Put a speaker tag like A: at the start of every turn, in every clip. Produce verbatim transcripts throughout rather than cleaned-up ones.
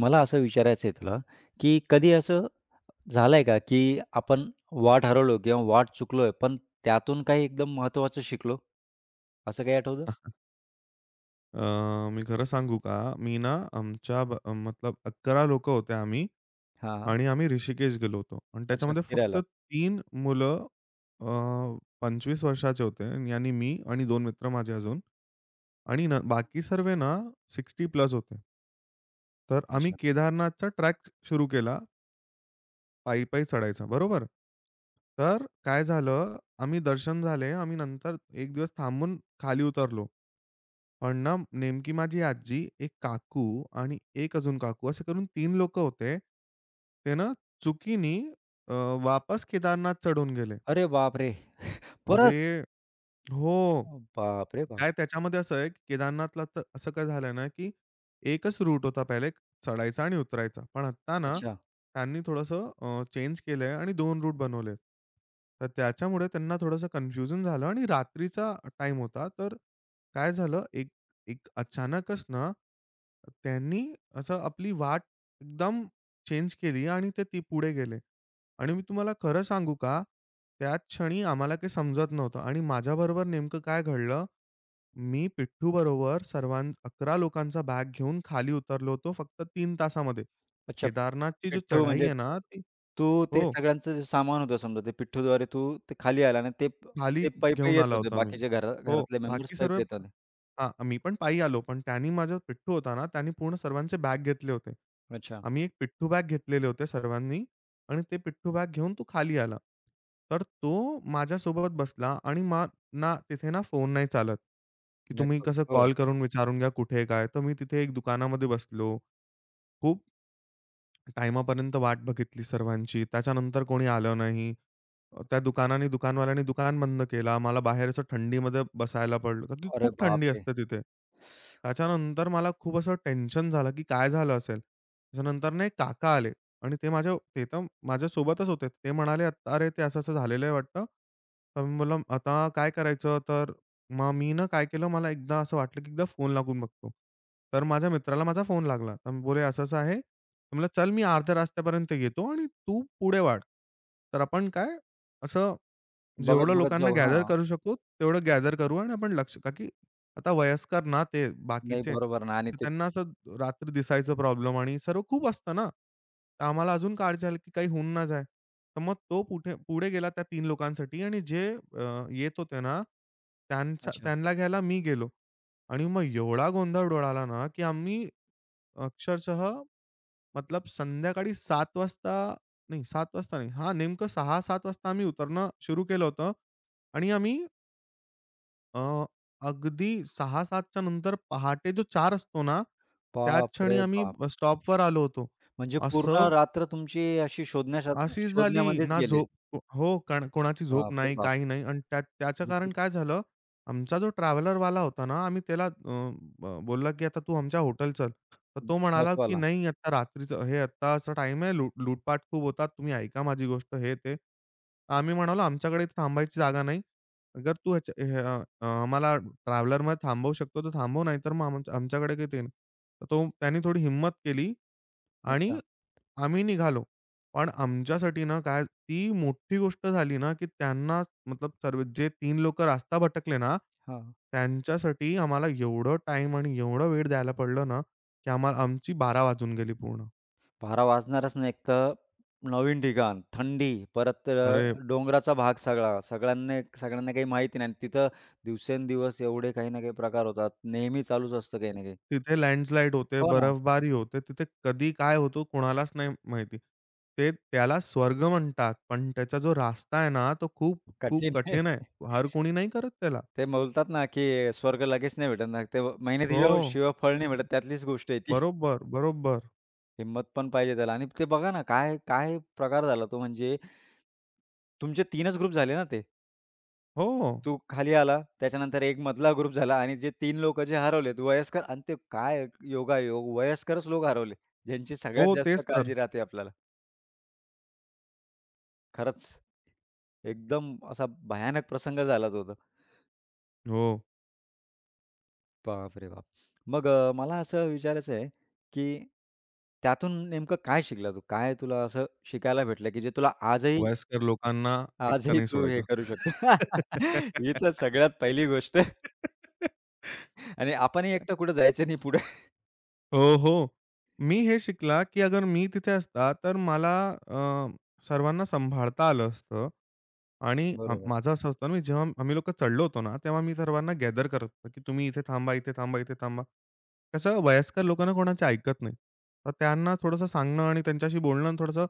A: मला असं विचारायचं आहे तुला, की कधी असं झालंय का, की आपण वाट हरवलो किंवा वाट चुकलोय, पण त्यातून काही एकदम महत्त्वाचं शिकलो? असं काही आठवतं?
B: अ, मी खरं सांगू का? मी ना आमच्या ब मतलब अकरा लोकं होते आम्ही.
A: हां.
B: आणि आम्ही ऋषिकेश गेलो होतो आणि
A: अच्छा,
B: त्याच्यामध्ये फक्त
A: फिरायला.
B: तीन मुलं अ, पंचवीस वर्षाचे होते आणि मी आणि दोन मित्र माझे अजून. आणि ना बाकी सर्व ना साठ प्लस होते. तर आम्ही
A: अच्छा.
B: केदारनाथचा ट्रॅक सुरू केला, पायी-पायी चढायचा, बरोबर? तर काय झालं, आम्ही दर्शन झाले. आम्ही नंतर एक दिवस थांबून खाली उतरलो. पण ना नेमकी माझी आजी, एक काकू आणि एक अजून काकू असे करून तीन लोकं होते. ते ना चुकीनी अ, वापस केदारनाथ चढून गेले.
A: अरे बापरे! परत?
B: अरे! हो.
A: बापरे बाप!
B: काय त्याच्यामध्ये असं आहे, की केदारनाथला तर असं काय झालं ना, की एकच रूट होता पहिले, चढायचा आणि उतरायचा. पण आत्ता ना,
A: अच्छा.
B: त्यांनी थोडंसं अ, चेंज केलंय आणि दोन रूट बनवले. तर त्याच्यामुळे त्यांना थोडंसं कन्फ्युजन झालं आणि रात्रीचा टाइम होता. तर काय झालं, एक एक अचानकच ना, त्यांनी असं आपली वाट एकदम चेंज केली आणि ते ती पुढे गेले. आणि मी तुम्हाला खरं सांगू का, त्याच क्षणी आम्हाला काही समजत नव्हतं आणि माझ्याबरोबर नेमकं काय घडलं, मी पिठ्ठूबरोबर सर्वां अकरा लोकांचा बॅग घेऊन खाली उतरलो होतो फक्त तीन तासामध्ये.
A: अच्छा.
B: केदारनाथची जो
A: पिठ्ठू
B: चढाई
A: म्हणजे
B: आहे ना, ती.
A: तू ते
B: हो,
A: सगळ्यांचं जे सामान होतं समजा, ते पिठ्ठूद्वारे तू ते खाली आला आणि ते
B: खाली
A: ते पै-पै
B: घेऊन
A: येत
B: आला
A: होते.
B: होता मी.
A: बाकीचे घरा
B: हो,
A: घरातले मेंबर्स
B: बाकी
A: पै-पै
B: सर्व.
A: येत होते.
B: हां, मी पण पायी आलो. पण त्यानी माझा पिट्ठू होता ना, त्यानी पूर्ण सर्वांचे बॅग घेतले होते.
A: अच्छा.
B: आम्ही एक पिट्ठू बॅग घेतलेले होते सर्वांनी आणि ते पिट्ठू बॅग घेऊन तो खाली आला. तर तो माझ्यासोबत बसला आणि मग ना, तिथे ना फोन नाही चालत, की तुम्ही कसं
A: नेटवर्क्स. हो.
B: कॉल करून विचारून घ्या कुठे आहे, काय? तर मी तिथे एक दुकानामध्ये बसलो. खूप टाईमापर्यंत वाट बघितली सर्वांची. त्याच्यानंतर कोणी आलं नाही. अ, त्या दुकानाने दुकानवाल्याने दुकान बंद केला. आम्हाला बाहेर असं थंडीमध्ये बसायला पडलं, कारण की
A: अरे
B: खूप थंडी
A: बापरे!
B: असते तिथे. त्याच्यानंतर मला खूप असं टेन्शन झालं, की काय झालं असेल? त्याच्यानंतर ना एक काका आले आणि ते माझ्या ते तर माझ्यासोबतच होते. ते म्हणाले, "आत- "अरे, ते असं-असं झालेलं आहे वाटतं." तर मी बोललो, "आता काय करायचं?" तर मग मी ना काय केलं, मला एकदा असं वाटलं, की एकदा फोन लागून बघतो. तर माझ्या मित्राला माझा फोन लागला. तर मी बोलले, "असं-असं आहे." म्हणलं, "चल, मी अर्ध्या रस्त्यापर्यंत येतो आणि तू पुढे वाढ." तर आपण काय, असं जेवढं
A: बघत-बघत
B: लोकांना
A: जाऊ.
B: गॅदर
A: हां.
B: करू शकतो तेवढं गॅदर करू आणि आपण लक्ष. का की आता वयस्कर ना ते
A: नाही,
B: बाकीचे,
A: बरोबर ना आणि
B: तर
A: ते
B: त्यांना असं रात्री दिसायचं प्रॉब्लेम आणि सर्व खूप असतं ना. तर आम्हाला अजून काळजी आली, की काही होऊन ना जाए. तर मग तो पुठे पुढे गेला त्या तीन लोकांसाठी आणि जे अ, येत होते ना, त्यांचा
A: अच्छा.
B: त्यांना घ्यायला मी गेलो आणि मग एवढा गोंधळ उडाला ना, की आम्ही अक्षरशः मतलब संध्याकाळी सात वाजता नाही, सात वाजता नाही. हां, नेमकं सहा सात वाजता आम्ही उतरणं सुरू केलं होतं आणि आम्ही अ, अगदी सहा सात नंतर पहाटे जो चार असतो ना, त्याच क्षणी
A: बापरे
B: आम्ही
A: बाप!
B: स्टॉपवर आलो होतो.
A: म्हणजे पूर्ण
B: असं
A: रात्र तुमची अशी शोधण्या शा
B: अशीच झाली
A: शोधण्यामध्येच
B: ना
A: गेली.
B: झोप. हो, कारण कोणाची झोप
A: बापरे
B: नाही,
A: बाप!
B: काही नाही आणि त्या त्याचं कारण
A: विचित्र
B: काय झालं, आमचा जो ट्रॅव्हलरवाला होता ना, आम्ही त्याला अ, ब बोलला, की "आता तू आमच्या हॉटेल चल." तर तो म्हणाला, की
A: बसवाला.
B: "नाही, आता रात्रीचं हे आत्ताचा टाईम आहे, लूट लूटपाट खूप होतात, तुम्ही ऐका माझी गोष्ट." हे ते. आम्ही म्हणालो, "आमच्याकडे इथे थांबायची जागा नाही. अगर तू ह्याच्या हे अ, अ, आम्हाला ट्रॅव्हलरमध्ये थांबवू शकतो, तर थांबव, नाहीतर मग आम आमच्याकडे काही ते नाही." तर तो, त्याने थोडी हिम्मत केली आणि
A: अच्छा.
B: आम्ही निघालो. पण आमच्यासाठी ना काय ती मोठी गोष्ट झाली ना, की त्यांना, मतलब सर्व जे तीन लोकं रास्ता भटकले ना,
A: हां.
B: त्यांच्यासाठी आम्हाला एवढं टाइम आणि एवढा वेळ द्यायला पडलं ना, की आम्हाला आमची बारा वाजून गेली पूर्ण.
A: बारा वाजणारच ना एक तर नवीन ठिकाण, थंडी, परत अ,
B: अरे!
A: डोंगराचा भाग सगळा. सगळ्यांना सगळ्यांना काही माहिती नाही आणि तिथं दिवसेंदिवस एवढे काही ना काही प्रकार होतात. नेहमी चालूच असतं काही ना काही.
B: तिथे लँडस्लाईड होते,
A: हो ना.
B: बर्फबारी होते. तिथे कधी काय होतो कोणालाच नाही माहिती. ते त्याला स्वर्ग म्हणतात, पण त्याचा जो रास्ता आहे ना, तो खूप खूप
A: कठीण आहे.
B: कठीण आहे. हर कोणी नाही करत त्याला.
A: ते बोलतात ना, की स्वर्ग लगेच नाही भेटत ना. ते मेहनतीशिवाय
B: हो.
A: शिवाय फळ नाही भेटत त्यातलीच गोष्ट आहे ती.
B: बरोबर, बरोबर.
A: हिंमत पण पाहिजे त्याला आणि ते बघा ना, काय काय प्रकार झाला तो म्हणजे तुमचे तीनच ग्रुप झाले ना ते.
B: हो.
A: तू खाली आला, त्याच्यानंतर एक मधला ग्रुप झाला आणि जे तीन लोकं जे हरवलेत वयस्कर आणि ते काय योगायोग वयस्करच लोक हरवले, ज्यांची
B: हो,
A: सगळ्यात जास्त
B: तेच तर.
A: काळजी राहते आपल्याला. खरंच एकदम असा भयानक प्रसंग झाला तो तर.
B: हो,
A: बापरे बाप! मग अ, मला असं विचारायचं आहे, की त्यातून नेमकं काय शिकला तू? काय तुला असं शिकायला भेटलं, की जे तुला आजही
B: वयस्कर लोकांना एकटं
A: आजही
B: नाही
A: तू हे
B: सोडायचं.
A: करू शकतो? ही तर सगळ्यात पहिली गोष्ट आणि आपणही एकटं कुठं जायचं नाही पुढे.
B: हो, हो. मी हे शिकला, की अगर मी तिथे असता, तर मला अ, सर्वांना सांभाळता आलं असतं आणि अ,
A: बरोबर.
B: माझं असं असतं ना, मी जेव्हा आम्ही लोकं चढलो होतो ना, तेव्हा मी सर्वांना गॅदर करत होतो, की तुम्ही इथे थांबा, इथे थांबा, इथे थांबा. कसं वयस्कर लोकं ना कोणाचे ऐकत नाही. तर त्यांना थोडंसं सांगणं आणि त्यांच्याशी बोलणं आणि थोडंसं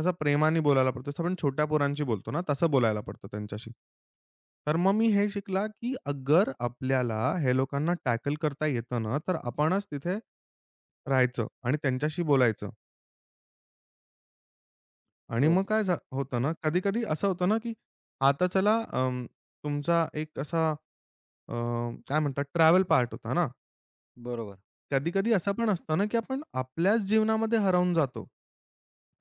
B: असं प्रेमाने बोलायला पडतं. जसं आपण छोट्या पोरांशी बोलतो ना, तसं बोलायला पडतं त्यांच्याशी. तर मग मी हे शिकला, की अगर आपल्याला हे लोकांना टॅकल करता येतं ना, तर आपणच तिथे राहायचं आणि त्यांच्याशी बोलायचं. आणि
A: हो,
B: मग काय झा होतं ना, कधी-कधी असं होतं ना, की आता चला अं, तुमचा एक असा अ, काय म्हणतात, ट्रॅव्हल पार्ट होता ना,
A: बरोबर.
B: कधी-कधी असं पण असतं ना, की आपण आपल्याच जीवनामध्ये हरवून जातो.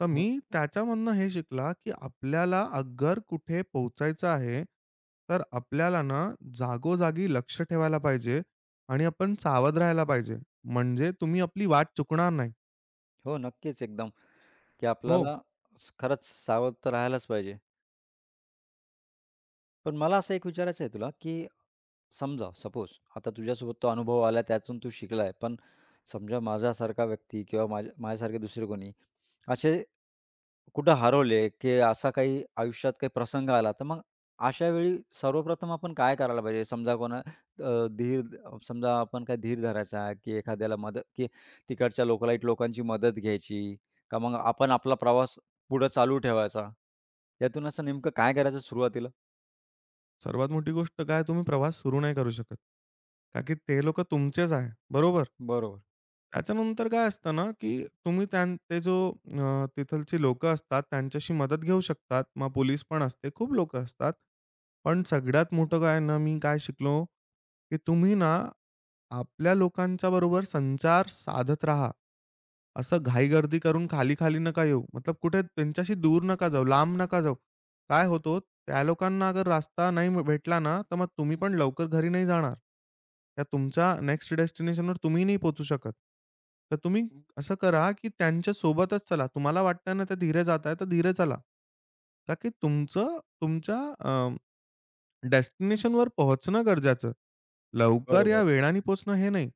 B: तर मी
A: हो,
B: त्याच्यामधनं हे शिकला, की आपल्याला अगर कुठे पोहोचायचं आहे, तर आपल्याला ना जागोजागी लक्ष ठेवायला पाहिजे आणि आपण सावध राहायला पाहिजे. म्हणजे तुम्ही आपली वाट चुकणार नाही.
A: हो, नक्कीच एकदम, की
B: हो.
A: आपल्याला स- खरंच सावध तर राहायलाच पाहिजे. पण मला असं एक विचारायचं आहे तुला, की समजा सपोज आता तुझ्यासोबत तो अनुभव आला त्यातून तू शिकलाय. पण समजा माझ्यासारखा व्यक्ती किंवा माझ्या माझ्यासारखे दुसरे कोणी असे कुठं हरवले, की असा काही आयुष्यात काही प्रसंग आला, तर मग अशा वेळी सर्वप्रथम आपण काय करायला पाहिजे? समजा कोणा अ, धीर समजा आपण काय धीर धरायचा, की एखाद्याला मदत की तिकडच्या लोकलाईट लोकांची मदत घ्यायची का मग आपण आपला प्रवास पुढं चालू ठेवायचा? यातून असं नेमकं काय करायचं सुरुवातीला?
B: सर्वात मोठी गोष्ट काय, तुम्ही प्रवास सुरू नाही करू शकत. का की ते लोकं तुमचेच आहे. बरोबर?
A: बरोबर.
B: त्याच्यानंतर काय असतं ना, की तुम्ही त्यां ते जो अ, तिथलची लोकं असतात, त्यांच्याशी मदत घेऊ शकतात. मग पोलीस पण असते. खूप लोकं असतात. पण सगळ्यात मोठं काय ना, मी काय शिकलो, की तुम्ही ना आपल्या लोकांच्या बरोबर संचार साधत राहा. असं घाईगर्दी करून खाली-खाली नका येऊ. मतलब कुठे त्यांच्याशी दूर नका जाऊ, लांब नका जाऊ. काय होतो, त्या लोकांना अगर रास्ता नाही म- भेटला ना, तर मग तुम्ही पण लवकर घरी नाही जाणार. त्या तुमच्या नेक्स्ट डेस्टिनेशनवर तुम्ही नाही पोहोचू शकत. तर तुम्ही असं करा, की त्यांच्या सोबतच चला. तुम्हाला वाटतंय ना, ते धीरे जात आहेत, तर धीरे चला. का की तुमचं तुमच्या डेस्टिनेशनवर पोहोचणं गरजेचं. लवकर या
A: बरोबर.
B: वेळाने पोहोचणं हे नाही.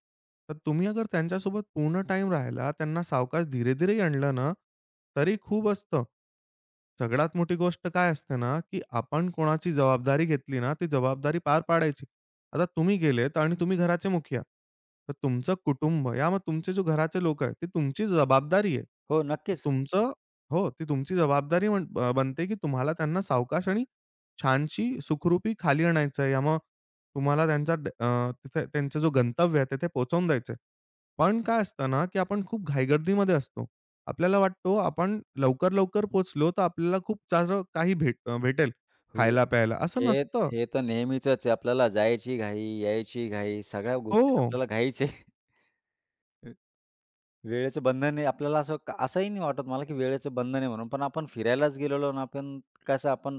B: तर तुम्ही अगर त्यांच्यासोबत पूर्ण टाईम राहिला, त्यांना सावकाश धीरे-धीरे आणलं ना, तरी खूप असतं. सगळ्यात मोठी गोष्ट काय असते ना, की आपण कोणाची जबाबदारी घेतली ना, ती जबाबदारी पार पाडायची. आता तुम्ही गेलेत आणि तुम्ही घराचे मुखिया. तर तुमचं कुटुंब या मग तुमचे जे घराचे लोक आहेत, ती तुमची जबाबदारी आहे.
A: हो,
B: तर
A: नक्कीच.
B: तुमचं. हो, ती तुमची जबाबदारी म्हण अ, बनते, की तुम्हाला त्यांना सावकाश आणि छानशी सुखरूपी खाली आणायचं आहे. यामुळं तुम्हाला त्यांचा ड अ, तिथे त्यांचा जो गंतव्य आहे, तिथे पोहोचवून द्यायचं आहे. पण काय असतं ना, की आपण खूप घाईगर्दीमध्ये असतो. आपल्याला वाटतो आपण लवकर-लवकर पोचलो तर आपल्याला खूप सारं काही भेट अ, भेटेल
A: हे
B: खायला-प्यायला. असं
A: हे
B: नसतं.
A: हे तर नेहमीचंच आहे. आपल्याला जायची घाई, यायची घाई, सगळ्या
B: हो.
A: गोष्टीत आपल्याला घाईच आहे. वेळेचं बंधन आहे. आपल्याला असं का- असंही नाही वाटत मला, की वेळेचं बंधन आहे म्हणून. पण आपण फिरायलाच गेलेलो ना, आपण कसं आपण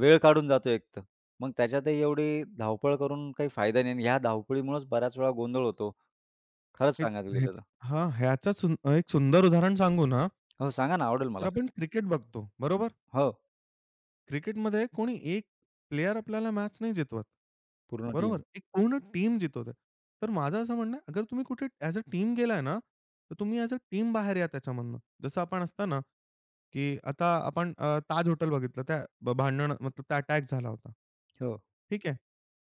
A: वेळ काढून जातो एक तर. मग त्याच्यातही एवढी धावपळ करून काही फायदा नाही आणि ह्या धावपळीमुळेच बऱ्याच वेळा गोंधळ होतो. खरंच
B: हे
A: सांगायला
B: हेच.
A: गेलं तर.
B: हां, ह्याचं सुं एक सुंदर उदाहरण सांगू ना,
A: हो, सांगा ना, आवडेल मला.
B: तर आपण क्रिकेट बघतो, बरोबर?
A: हो,
B: क्रिकेटमध्ये कोणी एक प्लेयर आपल्याला मॅच नाही जितवत.
A: पूर्ण टीम.
B: बरोबर? एक पूर्ण टीम जितवते. तर माझं असं म्हणणं आहे, अगर तुम्ही कुठे ॲज अ टीम गेलाय ना, तर तुम्ही ॲज अ टीम बाहेर या त्याच्यामधनं. जसं आपण असतं ना, की आता आपण अ, ताज हॉटेल बघितलं. त्या भ भांडण मतलब त्या अटॅक झाला होता.
A: हो,
B: ठीक आहे.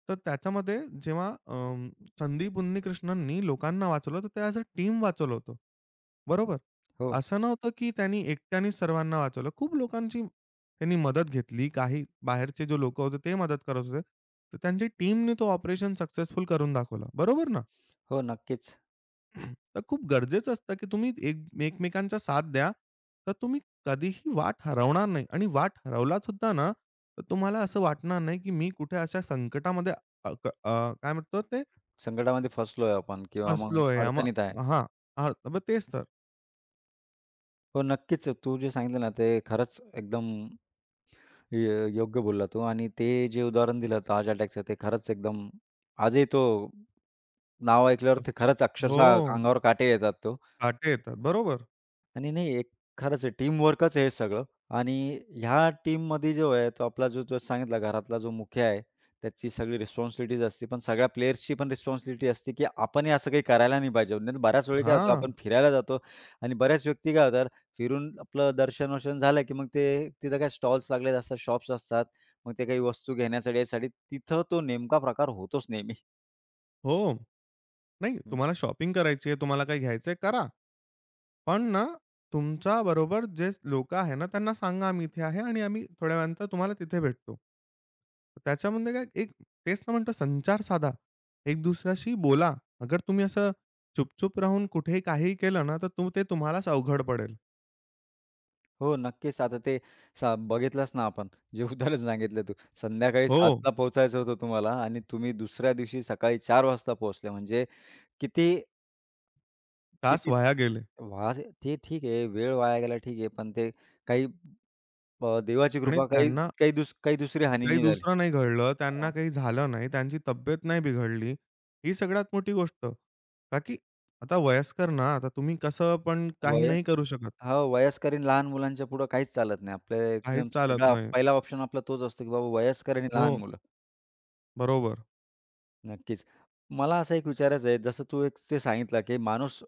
B: तर त्याच्यामध्ये जेव्हा अं, संदीप उन्नीकृष्णननी लोकांना वाचवलं, तर ते ॲज अ टीम वाचवलं होतं. बरोबर.
A: हो,
B: असं नव्हतं, की त्यांनी एकट्याने सर्वांना वाचवलं. खूप लोकांची त्यांनी मदत घेतली. काही बाहेरचे जे लोकं होते ते मदत करत होते. तर त्यांची टीमने तो ऑपरेशन सक्सेसफुल करून दाखवला. बरोबर ना?
A: हो, नक्कीच.
B: तर खूप गरजेचं असतं, की तुम्ही एक एकमेकांचा साथ द्या. तर तुम्ही कधीही वाट हरवणार नाही आणि वाट हरवलासुद्धा ना, तर तुम्हाला असं वाटणार नाही, की मी कुठे अशा संकटामध्ये अ, क अ, काय म्हणतो ते
A: संकटामध्ये फसलोय आपण किंवा मग
B: फसलोय. मग
A: अडचणीत आहे.
B: हां, हां, मग तेच तर.
A: हो, नक्कीच. तू जे सांगितलं ना, ते खरंच एकदम य योग्य बोलला तू आणि ते जे उदाहरण दिलं ताज अटॅकचं ते खरंच एकदम आजही तो नाव ऐकल्यावर ते
B: अच्छा.
A: खरंच
B: हो,
A: अक्षरशः अंगावर काटे येतात तो.
B: काटे येतात. बरोबर.
A: आणि नाही एक खरंच आहे टीमवर्कच आहे हे सगळं आणि ह्या टीममध्ये जो आहे तो आपला जो तो सांगितला घरातला जो मुखिया आहे, त्याची सगळी रिस्पॉन्सिबिलिटीज असते. पण सगळ्या प्लेयर्सची पण रिस्पॉन्सिबिलिटी असते, की आपणही असं काही करायला नाही पाहिजे. नाही तर बऱ्याच वेळी काय
B: हा.
A: होतं आपण फिरायला जातो आणि बऱ्याच व्यक्ती काय होतात फिरून आपलं दर्शन-वर्शन झालं, की मग ते तिथं काही स्टॉल्स लागलेले असतात, शॉप्स असतात. मग ते काही वस्तू घेण्यासाठी यासाठी तिथं तो नेमका प्रकार होतोच नेहमी.
B: हो. नाही, तुम्हाला शॉपिंग करायची आहे, तुम्हाला काही घ्यायचंय, करा. पण ना, तुमच्याबरोबर जे लोकं आहे ना, त्यांना सांगा आम्ही इथे आहे आणि आम्ही थोड्या वेळानंतर तुम्हाला तिथे भेटतो. त्याच्यामध्ये काय एक, तेच ना म्हणतो, संचार साधा. एक दुसऱ्याशी बोला. अगर तुम्ही असं चुप-चुप राहून कुठेही काहीही केलं ना, तर तु ते तुम्हालाच अवघड पडेल.
A: हो, नक्कीच. आता ते सा बघितलंच ना आपण, जे उदाहरण सांगितलं तू. संध्याकाळी
B: हो,
A: 7:00ला पोहोचायचं होतं तुम्हाला आणि तुम्ही दुसऱ्या दिवशी सकाळी चार वाजता पोहोचले. म्हणजे किती
B: तास
A: किती
B: वाया गेले
A: वाज ते ठीक आहे, वेळ वाया गेला ठीक आहे, पण ते काही अ, देवाची
B: आणि
A: कृपा काही
B: त्यांना
A: काही दुस काही दुसरी हानी
B: काही
A: नाही झाली.
B: दुसरं नाही घडलं,
A: हो,
B: त्यांना काही झालं नाही, त्यांची तब्येत नाही बिघडली. ही सगळ्यात मोठी गोष्ट. का की आता वयस्कर ना, आता तुम्ही कसं पण
A: वय
B: काही नाही करू शकत.
A: हो, वयस्कर आणि लहान मुलांच्या पुढं काहीच चालत नाही. आपल्या
B: काहीच
A: एकदम
B: चालत
A: सगळा
B: नाही.
A: पहिला ऑप्शन आपला तोच असतो, की बाबा वयस्कर आणि लहान
B: हो,
A: मुलं.
B: बरोबर.
A: नक्कीच. मला असं एक विचारायचं आहे, जसं तू एक ते सांगितलं, की माणूस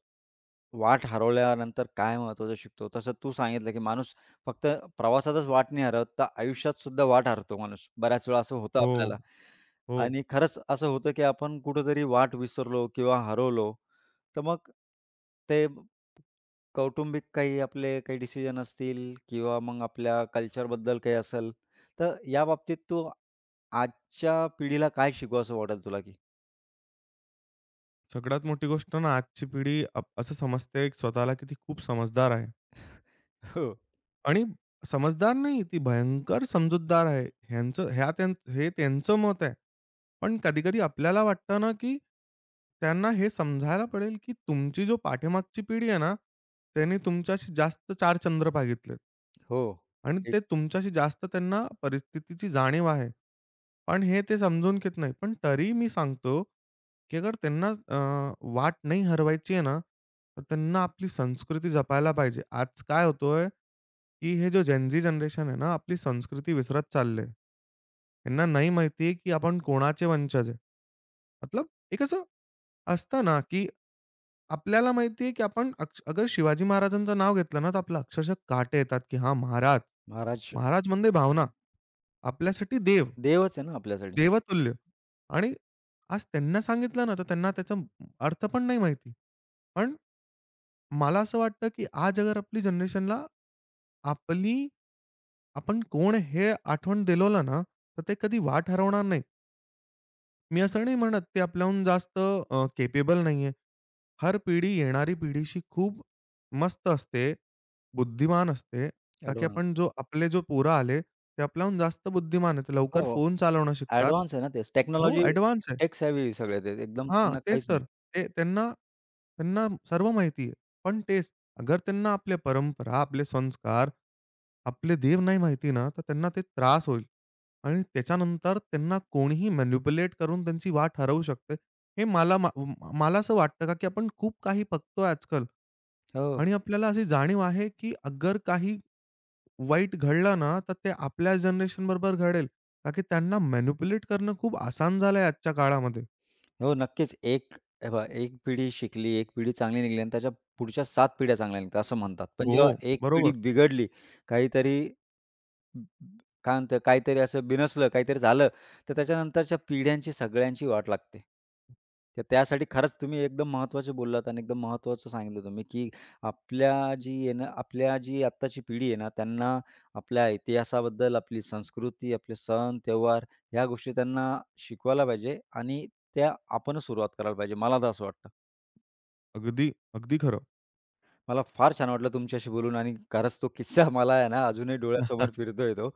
A: वाट हरवल्यानंतर काय महत्त्वाचं शिकतो. तसं तू सांगितलं, की माणूस फक्त प्रवासातच वाट नाही हरवत, तर आयुष्यात सुद्धा वाट हरतो माणूस. बऱ्याच वेळा असं होतं
B: हो,
A: आपल्याला
B: हो.
A: आणि खरंच असं होतं, की आपण कुठेतरी वाट विसरलो किंवा हरवलो, तर मग ते कौटुंबिक काही आपले काही डिसिजन असतील किंवा मग आपल्या कल्चरबद्दल काही असेल, तर या बाबतीत तू आजच्या पिढीला काय शिकू असं वाटेल तुला की?
B: सगळ्यात मोठी गोष्ट ना आजची पिढी अ, असं समजते स्वतःला, की ती खूप समजदार आहे
A: हो.
B: आणि समजदार नाही, ती भयंकर समजूतदार आहे. ह्यांचं ह्या त्यां हे त्यांचं मत आहे. पण कधी-कधी आपल्याला वाटतं ना, की त्यांना हे समजायला पडेल, की तुमची जो पाठीमागची पिढी आहे ना, त्यांनी तुमच्याशी जास्त चार चंद्र बघितलेत.
A: हो.
B: आणि
A: एक
B: ते तुमच्याशी जास्त, त्यांना परिस्थितीची जाणीव आहे. पण हे ते समजून घेत नाही. पण तरीही मी सांगतो, की अगर त्यांना अ, वाट नाही हरवायची आहे ना, तर त्यांना आपली संस्कृती जपायला पाहिजे. आज काय होतोय, की हे जो जेन-झी जनरेशन आहे ना, आपली संस्कृती विसरत चालले आहे. त्यांना नाही माहिती आहे, की आपण कोणाचे वंशज आहे. मतलब एक असं असतं ना, की आपल्याला माहिती आहे, की आपण अक्ष अगर शिवाजी महाराजांचं नाव घेतलं ना, तर आपल्याला अक्षरशः काटे येतात, की हां, महाराज.
A: महाराज
B: महाराज म्हणजे भावना. आपल्यासाठी देव,
A: देवच आहे ना आपल्यासाठी
B: देवतुल्य. आणि आज त्यांना सांगितलं ना, तर त्यांना त्याचा अर्थ पण नाही माहिती. पण मला असं वाटतं, की आज अगर आपली जनरेशनला आपली आपण कोण हे आठवण दिलवलं ना, तर ते कधी वाट हरवणार नाही. मी असं नाही म्हणत, ते आपल्याहून जास्त केपेबल नाहीये. हर पिढी येणारी पिढीशी खूप मस्त असते, बुद्धिमान असते. का की आपण
A: ॲडव्हान्स.
B: जो आपले जो पोरं आले, ते आपल्याहून जास्त बुद्धिमान आहेत. लवकर
A: हो,
B: फोन चालवणं शिकतात.
A: ॲडव्हान्स आहे ना तेच.
B: हो,
A: टेक्नॉलॉजी
B: ॲडव्हान्स आहे.
A: टेक सेव्ही सगळे ते एकदम
B: हां,
A: त्यांना
B: तेच
A: काहीच नाही.
B: तर. ते त्यांना, त्यांना सर्व माहिती आहे. पण तेच, अगर त्यांना आपल्या परंपरा, आपले संस्कार, आपले देव नाही माहिती ना, तर त्यांना ते त्रास होईल आणि त्याच्यानंतर त्यांना कोणीही मॅनिप्युलेट करून त्यांची वाट हरवू शकते. हे मला मा मला असं वाटतं, का की आपण खूप काही बघतोय आजकाल.
A: हो.
B: आणि आपल्याला अशी जाणीव आहे, की अगर काही वाईट घडलं ना, तर ते आपल्या जनरेशन बरोबर घडेल. का की त्यांना मॅनिप्युलेट करणं खूप आसान झालंय आजच्या काळामध्ये.
A: हो, नक्कीच. एक हे पहा, एक पिढी शिकली, एक पिढी चांगली निघाली आणि त्याच्या पुढच्या सात पिढ्या चांगल्या निघतात असं म्हणतात. पण
B: हो,
A: जेव्हा एक पिढी
B: बरोबर.
A: बिघडली, काहीतरी ब- ब- काय म्हणतात, काहीतरी असं बिनसलं, काहीतरी झालं, तर त्याच्यानंतरच्या पिढ्यांची सगळ्यांची वाट लागते. तर त्यासाठी खरंच तुम्ही एकदम महत्त्वाचे बोललात आणि एकदम महत्त्वाचं सांगितलं तुम्ही, की आपल्या जी आहे ना, आपल्या जी आत्ताची पिढी आहे ना, त्यांना आपल्या इतिहासाबद्दल, आपली संस्कृती, आपले सण, त्योहार या गोष्टी त्यांना शिकवायला पाहिजे आणि त्या आपणच सुरुवात करायला पाहिजे. मला तर असं वाटतं.
B: अगदी, अगदी खरं.
A: मला फार छान वाटलं तुमच्याशी बोलून आणि खरंच तो किस्सा मला आहे ना अजूनही डोळ्यासमोर फिरतोय तो.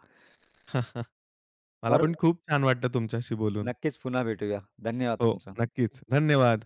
B: मला
A: और
B: पण खूप छान वाटलं तुमच्याशी बोलून.
A: नक्कीच पुन्हा भेटूया. धन्यवाद
B: हो,
A: तुमचं.
B: नक्कीच. धन्यवाद.